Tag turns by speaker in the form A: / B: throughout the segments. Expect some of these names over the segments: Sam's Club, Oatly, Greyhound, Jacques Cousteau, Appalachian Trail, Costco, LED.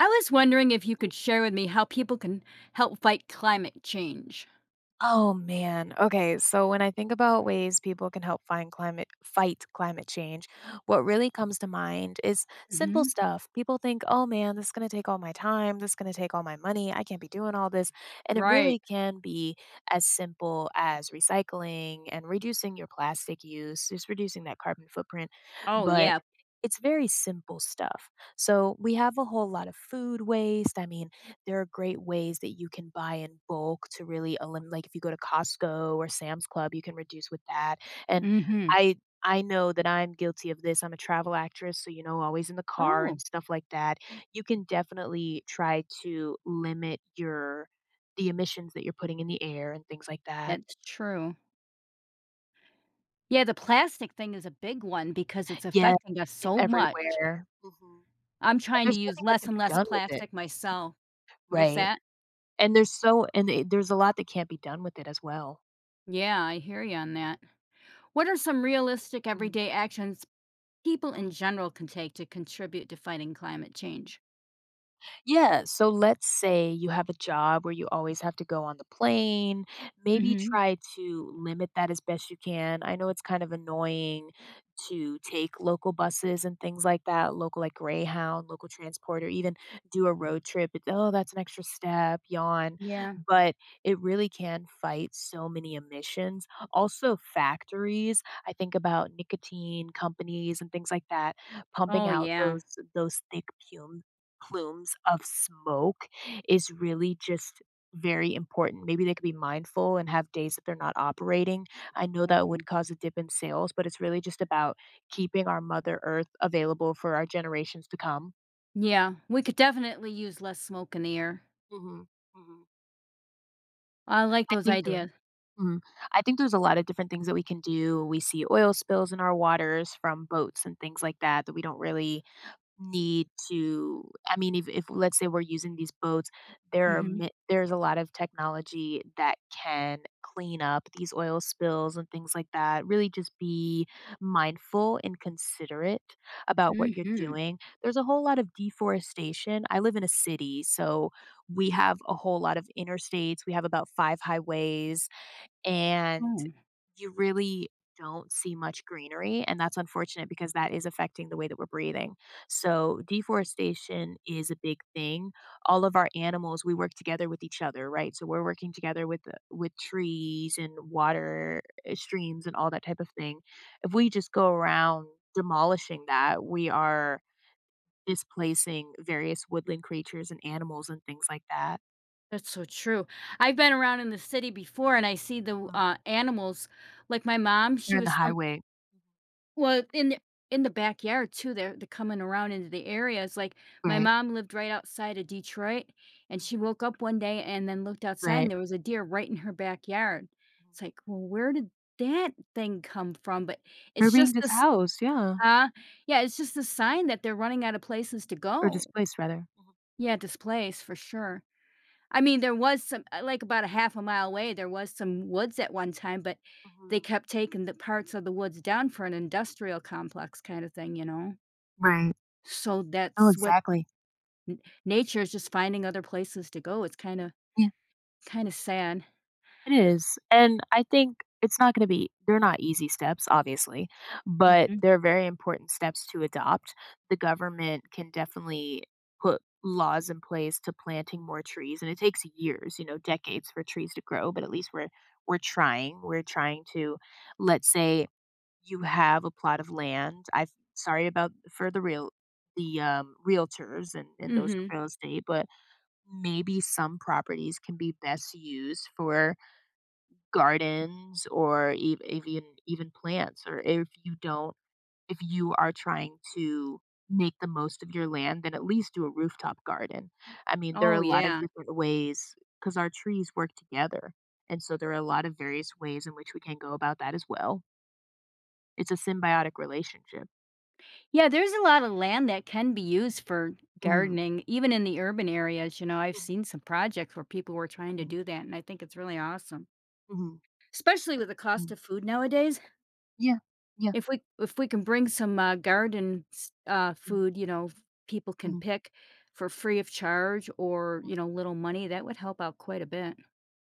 A: I was wondering if you
B: Mhm.
A: could share with me how people can help fight climate change.
B: Oh man. Okay, so when I think about ways people can help find climate fight climate change, what really comes to mind is simple
A: hmm
B: stuff. People think, "Oh man, this is going to take all my time, this is going to take all my money. I can't be doing all this." And it
A: Right.
B: really can be as simple as recycling and reducing your plastic use, just reducing that carbon footprint,
A: Oh,
B: but
A: yeah.
B: it's very simple stuff. So, we have a whole lot of food waste. I mean, there are great ways that you can buy in bulk to really elim like, if you go to Costco or Sam's Club, you can reduce with that, and
A: hmm
B: I I know that I'm guilty of this, I'm a travel actress, so, always in the car
A: Oh,
B: and stuff like that. You can definitely try to limit your the emissions that you're putting in the air and things like that.
A: that's true. Yeah, the plastic thing is a big one because it's
B: Yes,
A: affecting us
B: it's
A: so much.
B: everywhere. Mhm,
A: I'm
B: and
A: trying to
B: there's
A: use
B: nothing that
A: less
B: can
A: and
B: be
A: less
B: done with it.
A: plastic myself. What's
B: Right,
A: that?
B: and there's so and, eh, there's a lot that can't be done with it as well.
A: Yeah, I hear you on that. What are some realistic
B: Mhm,
A: everyday actions people in
B: mhm.
A: general can take to contribute to fighting climate change?
B: Yeah, so let's say you have a job where you always have to go on the plane. Maybe
A: hmm
B: try to limit that as best you can. I know it's kind of annoying to take local buses and things like that, local like Greyhound, local transport, or even do a road trip. It's, oh, that's an extra step, yawn.
A: Yeah.
B: But it really can fight so many emissions. Also, factories. I think about nicotine companies and things like that pumping
A: Oh,
B: out
A: yeah.
B: those thick fumes, plumes of smoke is really just very important. Maybe they could be mindful and have days that they're not operating. I know that
A: Mm.
B: would cause a dip in sales, but it's really just about keeping our Mother Earth available for our generations to come.
A: Yeah, we could definitely use less smoke in the air.
B: Mhm. Mhm.
A: I like
B: I
A: those
B: think there
A: ideas.
B: mhm. I think there's a lot of different things that we can do. We see oil spills in our waters from boats and things like that that we don't really need to. I mean, if let's say we're using these boats, there are
A: Mhm.
B: mi there's a lot of technology that can clean up these oil spills and things like that. Really just be mindful and considerate about what you're
A: Mhm.
B: doing. There's a whole lot of deforestation. I live in a city, so we have a whole lot of interstates. We have about 5 highways, and
A: Oh,
B: you really don't see much greenery, and that's unfortunate because that is affecting the way that we're breathing. So, deforestation is a big thing. All of our animals, we work together with each other, right? So, we're working together with with trees and water, streams and all that type of thing. If we just go around demolishing that, we are displacing various woodland creatures and animals and things like that.
A: that's so true. I've been around in the city before and I see the
B: Mhm.
A: animals. Like my mom, she
B: They're in the
A: was from
B: highway.
A: well in the backyard too. They're coming
B: Mhm.
A: around into the areas. Like my
B: Right.
A: mom lived right outside of Detroit, and she
B: Mhm.
A: woke up one day and then looked outside and
B: Right.
A: there was a deer right in her backyard. It's like, well, where did that thing come from? But
B: They're
A: it's
B: being
A: just this
B: dishoused, yeah,
A: Uh, yeah, it's just a sign that they're running out of places to
B: or
A: go.
B: displaced rather. Mhm,
A: Yeah, displaced for sure. I mean, there was some like about a half a mile away, there was some woods at one time, but
B: mhm,
A: they
B: mhm.
A: kept taking the parts of the woods down for an industrial complex kind of thing, you know?
B: Right.
A: So
B: Oh,
A: that's what
B: exactly.
A: nature is just finding other places to go. It's kind of
B: Yeah.
A: kind of sad.
B: It is, and I think it's not gonna be they're not easy steps, obviously, but
A: Mhm.
B: they're very important steps to adopt. The government can definitely put laws in place to planting more trees, and it takes years, you know, decades for trees to grow, but at least we're trying. We're trying to, let's say you have a plot of land. I've Sorry about for the realtors and, those
A: Mhm.
B: in real estate, but maybe some properties can be best used for gardens or even plants. Or if you are trying to make the most of your land, then at least do a rooftop garden. I mean, there are
A: Oh,
B: a lot of
A: yeah.
B: different ways because our trees work together, and so there are a lot of various ways in which we can go about that as well. It's a symbiotic relationship.
A: Yeah, there's a lot of land that can be used for
B: Mhm,
A: gardening, even in the urban areas. You know, I've
B: mhm,
A: seen some projects where people were trying to
B: mhm,
A: do that, and I think it's really awesome,
B: mhm,
A: especially with the cost
B: mhm.
A: of food nowadays.
B: Yeah, yeah.
A: If we can bring some garden
B: Mhm,
A: food, people can
B: mhm,
A: pick for free of charge or
B: mhm.
A: little money, that would help out quite a bit.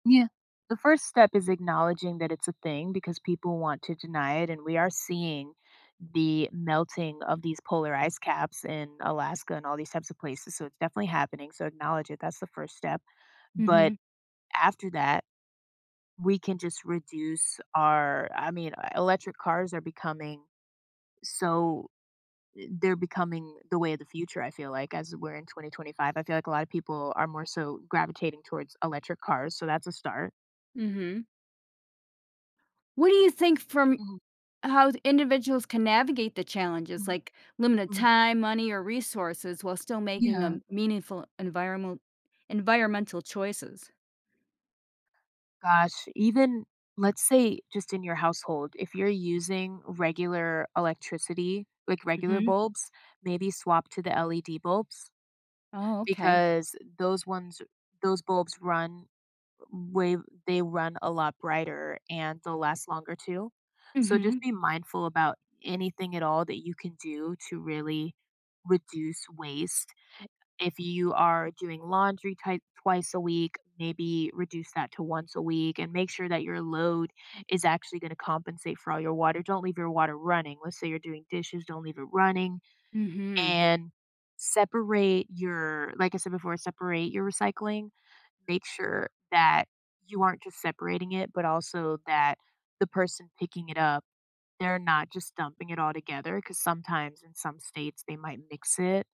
B: Yeah. The first step is acknowledging that it's a thing because people want to deny it, and we are seeing the melting of these polar ice caps in Alaska and all these types of places, so it's definitely happening, so acknowledge it, that's the first step. But
A: Mm-hmm.
B: after that, we can just reduce our I mean, electric cars are becoming so. They're becoming the way of the future, I feel like, as we're in 2025. I feel like a lot of people are more so gravitating towards electric cars, so that's a start.
A: Mm-hmm. What do you think from
B: Mhm,
A: how individuals can navigate the challenges
B: mhm,
A: like limited
B: mhm.
A: time, money, or resources while still making
B: Yeah.
A: a meaningful environmental choices.
B: Gosh, even let's say just in your household, if you're using regular electricity, like regular
A: Mhm.
B: bulbs, maybe swap to the LED bulbs
A: Oh, okay.
B: because those bulbs run way they run a lot brighter and they'll last longer too. So just
A: Mhm.
B: be mindful about anything at all that you can do to really reduce waste. If you are doing laundry twice a week, maybe reduce that to once a week and make sure that your load is actually going to compensate for all your water. Don't leave your water running. Let's say you're doing dishes, don't leave it running,
A: Mhm.
B: and separate your, like I said before, separate your recycling. Make sure that you aren't just separating it, but also that the person picking it up, they're not just dumping it all together because sometimes in some states they might mix it.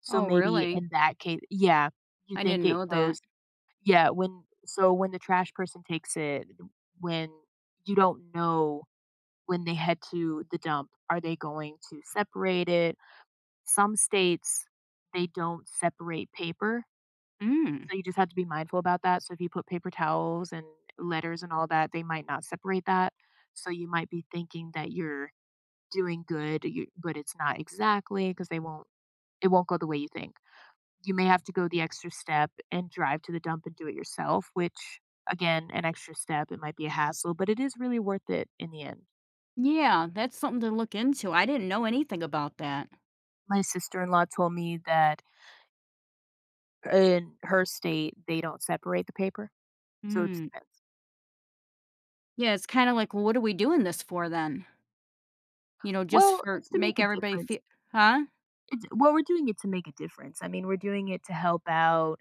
B: So
A: Oh,
B: maybe
A: really?
B: in that case, yeah, you
A: I
B: think
A: didn't
B: it
A: know that.
B: goes, yeah, so when the trash person takes it, when you don't know, when they head to the dump, are they going to separate it? Some states, they don't separate paper,
A: Mm.
B: so you just have to be mindful about that, so if you put paper towels and letters and all that, they might not separate that, so you might be thinking that you're doing good, you but it's not exactly because they won't it won't go the way you think. You may have to go the extra step and drive to the dump and do it yourself, which again, an extra step, it might be a hassle, but it is really worth it in the end.
A: Yeah, that's something to look into. I didn't know anything about that.
B: My sister-in-law told me that in her state, they don't separate the paper, so it's.
A: Mm. Yeah, it's kind of like, well, what are we doing this for then? You know, just
B: Well,
A: for
B: it's to
A: make
B: make a
A: everybody
B: difference.
A: feel, huh?
B: It's, well, we're doing it to make a difference. I mean, we're doing it to help out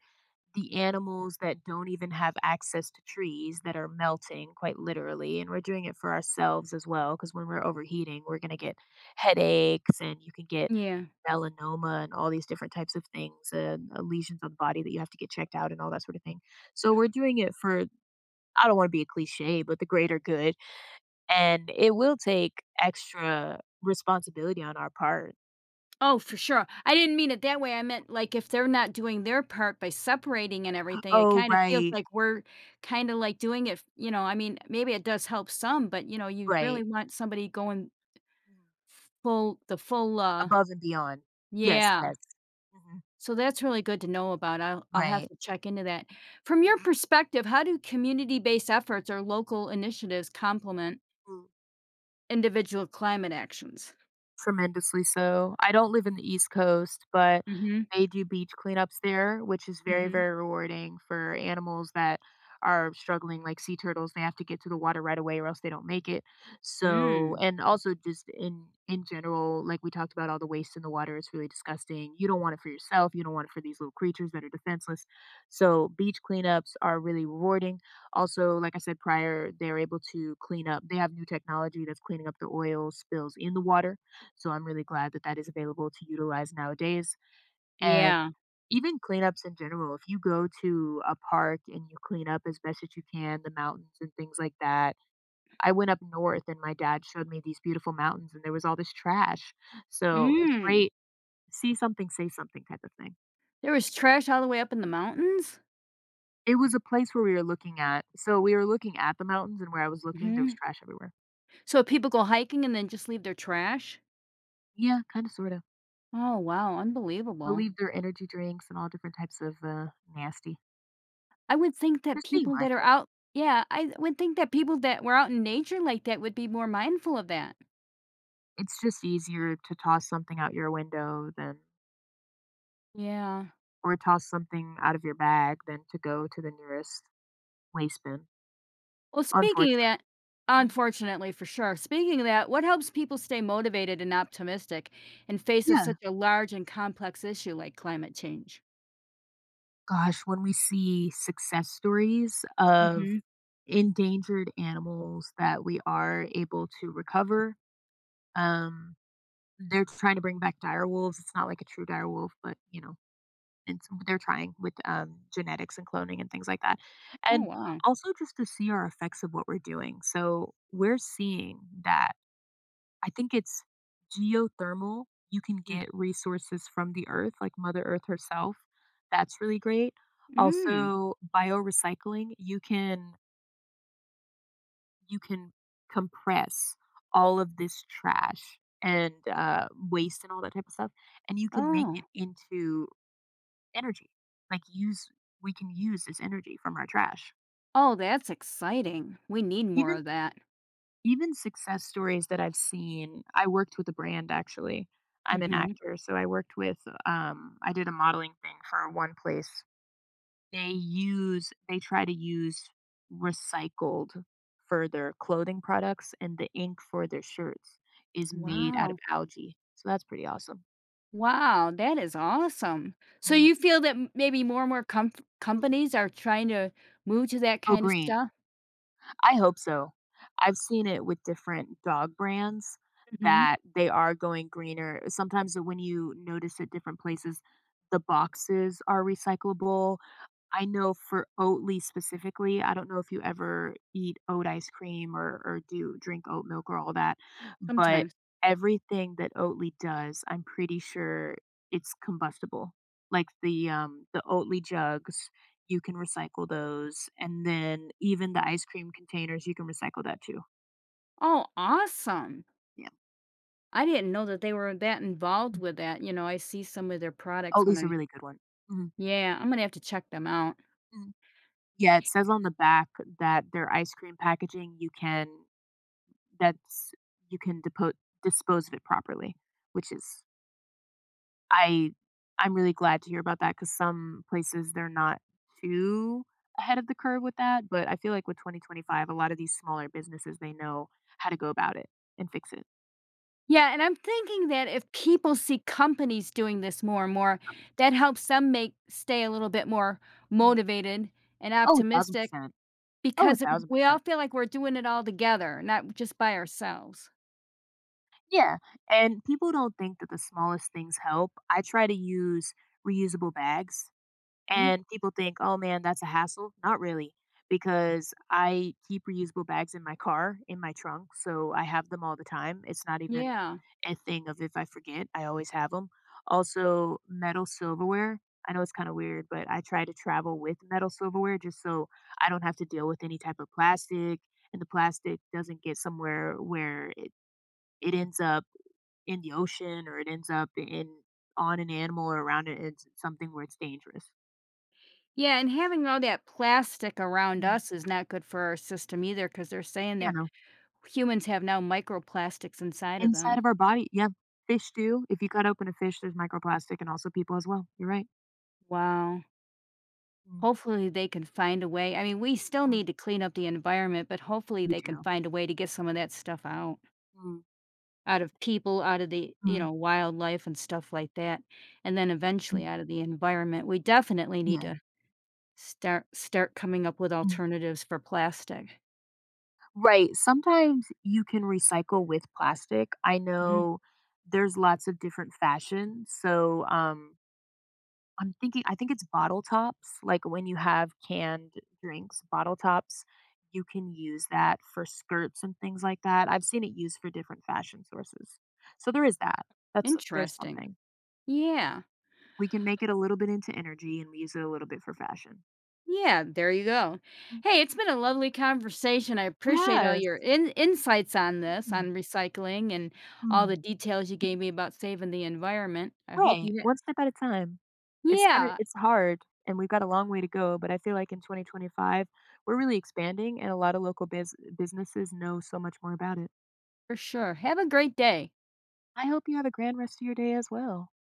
B: the animals that don't even have access to trees that are melting quite literally, and we're doing it for ourselves as well because when we're overheating, we're going to get headaches and you can get
A: Yeah.
B: melanoma and all these different types of things, and lesions on the body that you have to get checked out and all that sort of thing. So we're doing it for, I don't want to be a cliche, but the greater good, and it will take extra responsibility on our part.
A: Oh, for sure. I didn't mean it that way. I meant, like, if they're not doing their part by separating and everything, it
B: Oh,
A: kind of feels
B: right,
A: like we're kinda, like, doing it, I mean, maybe it does help some, but, you really
B: right.
A: want somebody going
B: Mhm.
A: full the full,
B: Above and beyond. Yes,
A: yeah.
B: yes. Mhm.
A: So that's really good to know about. I'll have
B: Right.
A: to check into that. From your perspective, how do community-based efforts or local initiatives complement
B: Mhm.
A: individual climate actions?
B: Tremendously so. I don't live in the East Coast, but
A: Mhm,
B: they do beach cleanups there, which is very,
A: mhm.
B: very rewarding for animals that are struggling, like sea turtles. They have to get to the water right away or else they don't make it. So,
A: Mm.
B: and also just in general, like we talked about, all the waste in the water is really disgusting. You don't want it for yourself. You don't want it for these little creatures that are defenseless. So beach cleanups are really rewarding. Also, like I said prior, they're able to clean up. They have new technology that's cleaning up the oil spills in the water, so I'm really glad that that is available to utilize nowadays. And
A: Yeah.
B: even cleanups in general, if you go to a park and you clean up as best as you can, the mountains and things like that. I went up north and my dad showed me these beautiful mountains and there was all this trash. So it's
A: Mm.
B: great. See something, say something type of thing.
A: There was trash all the way up in the mountains?
B: It was a place where we were looking at. So we were looking at the mountains and where I was looking, there was
A: Mhm.
B: trash everywhere.
A: So people go hiking and then just leave their trash?
B: Yeah, kind of, sort of.
A: Oh, wow, unbelievable.
B: Believe their energy drinks and all different types of nasty.
A: I would think that
B: Just being
A: people that are
B: mindful.
A: out. Yeah, I would think that people that were out in nature like that would be more mindful of that.
B: It's just easier to toss something out your window than,
A: Yeah.
B: or toss something out of your bag than to go to the nearest waste bin,
A: Well, speaking of that
B: unfortunately. Mhm.
A: unfortunately, for sure. Speaking of that, what helps people stay motivated and optimistic in face of such
B: Yeah.
A: a large and complex issue like climate change?
B: Gosh, when we see success stories of
A: Mhm.
B: endangered animals that we are able to recover, um, they're trying to bring back dire wolves. It's not like a true dire wolf, but, you know, and so they're trying with genetics and cloning and things like that.
A: Oh,
B: And
A: wow.
B: also just to see our effects of what we're doing. So we're seeing that, I think it's geothermal. You can
A: Mm.
B: get resources from the earth, like Mother Earth herself. That's really great.
A: Mm.
B: Also, biorecycling, you can compress all of this trash and waste and all that type of stuff and you can make it
A: Oh.
B: into energy, like, use we can use this energy from our trash.
A: Oh, that's exciting. We need more
B: Even
A: of that.
B: Even success stories that I've seen. I worked with a brand actually. I'm an
A: Mhm.
B: actor, so I worked with, I did a modeling thing for one place. They try to use recycled for their clothing products, and the ink for their shirts is made out of
A: Wow.
B: algae, so that's pretty awesome.
A: Wow, that is awesome. So
B: Mhm.
A: you feel that m maybe more and more comf
B: Mm.
A: companies are trying to move to that
B: Go
A: kind of
B: green.
A: stuff?
B: I hope so. I've seen it with different dog brands
A: Mhm.
B: that they are going greener. Sometimes when you notice at different places, the boxes are recyclable. I know for Oatly specifically, I don't know if you ever eat oat ice cream or do drink oat milk or all that, but
A: Sometimes.
B: everything that Oatly does, I'm pretty sure it's combustible. Like the Oatly jugs, you can recycle those, and then even the ice cream containers, you can recycle that too.
A: Oh, awesome.
B: Yeah,
A: I didn't know that they were that involved with that, I see some of their products when
B: Oatly's a
A: I
B: really good one. Mhm.
A: yeah, I'm gonna have to check them out.
B: Mhm. Yeah, it says on the back that their ice cream packaging you can that's you can depo dispose of it properly, which is I I'm really glad to hear about that because some places, they're not too ahead of the curve with that, but I feel like with 2025, a lot of these smaller businesses, they know how to go about it and fix it.
A: Yeah, and I'm thinking that if people see companies doing this more and more,
B: Right.
A: that helps them make stay a little bit more
B: Mhm.
A: motivated and
B: Oh,
A: optimistic
B: 1,000%. Oh,
A: because we all
B: 1,000%.
A: feel like we're doing it all together, not just by ourselves.
B: Yeah, and people don't think that the smallest things help. I try to use reusable bags.
A: Mhm.
B: And people think, "Oh, man, that's a hassle." Not really, because I keep reusable bags in my car, in my trunk, so I have them all the time. It's not even
A: Yeah.
B: a thing of if I forget, I always have them. Also, metal silverware. I know it's kinda weird, but I try to travel with metal silverware just so I don't have to deal with any type of plastic, and the plastic doesn't get somewhere where it ends up in the ocean or it ends up in on an animal or around it, it's something where it's dangerous.
A: Yeah, and having all that plastic around us is not good for our system either. Because 'cause they're saying
B: You
A: that
B: know,
A: humans have now microplastics inside of
B: inside
A: them.
B: of our body, yeah, fish do. If you cut open a fish, there's microplastic and also people as well. You're right.
A: Wow.
B: Mm,
A: Hopefully, they can find a way. I mean, we still
B: mm,
A: need to clean up the environment, but hopefully
B: you
A: they can
B: do.
A: find a way to get some of that stuff out,
B: mm,
A: out of people, out of the,
B: Mm,
A: wildlife and stuff like that, and then eventually
B: mm,
A: out of the environment. We definitely need
B: yeah.
A: to Start coming up with
B: mm.
A: alternatives for plastic.
B: Right. Sometimes you can recycle with plastic. I
A: Mhm.
B: know there's lots of different fashions. So, I think it's bottle tops, like when you have canned drinks, bottle tops, you can use that for skirts and things like that. I've seen it used for different fashion sources. So there is that. That's There's
A: Interesting.
B: something.
A: Yeah.
B: We can make it a little bit into energy and we use it a little bit for fashion.
A: Yeah, there you go.
B: Mm,
A: Hey, it's been a lovely conversation. I
B: It
A: appreciate all
B: has.
A: your insights on this,
B: Mm,
A: on recycling and all the
B: mm.
A: details you gave me about saving the environment. I hope
B: Right.
A: you
B: One step at a time.
A: yeah,
B: It's hard and we've got a long way to go, but I feel like in 2025 we're really expanding and a lot of local businesses know so much more about it.
A: for sure. Have a great day.
B: I hope you have a grand rest of your day as well.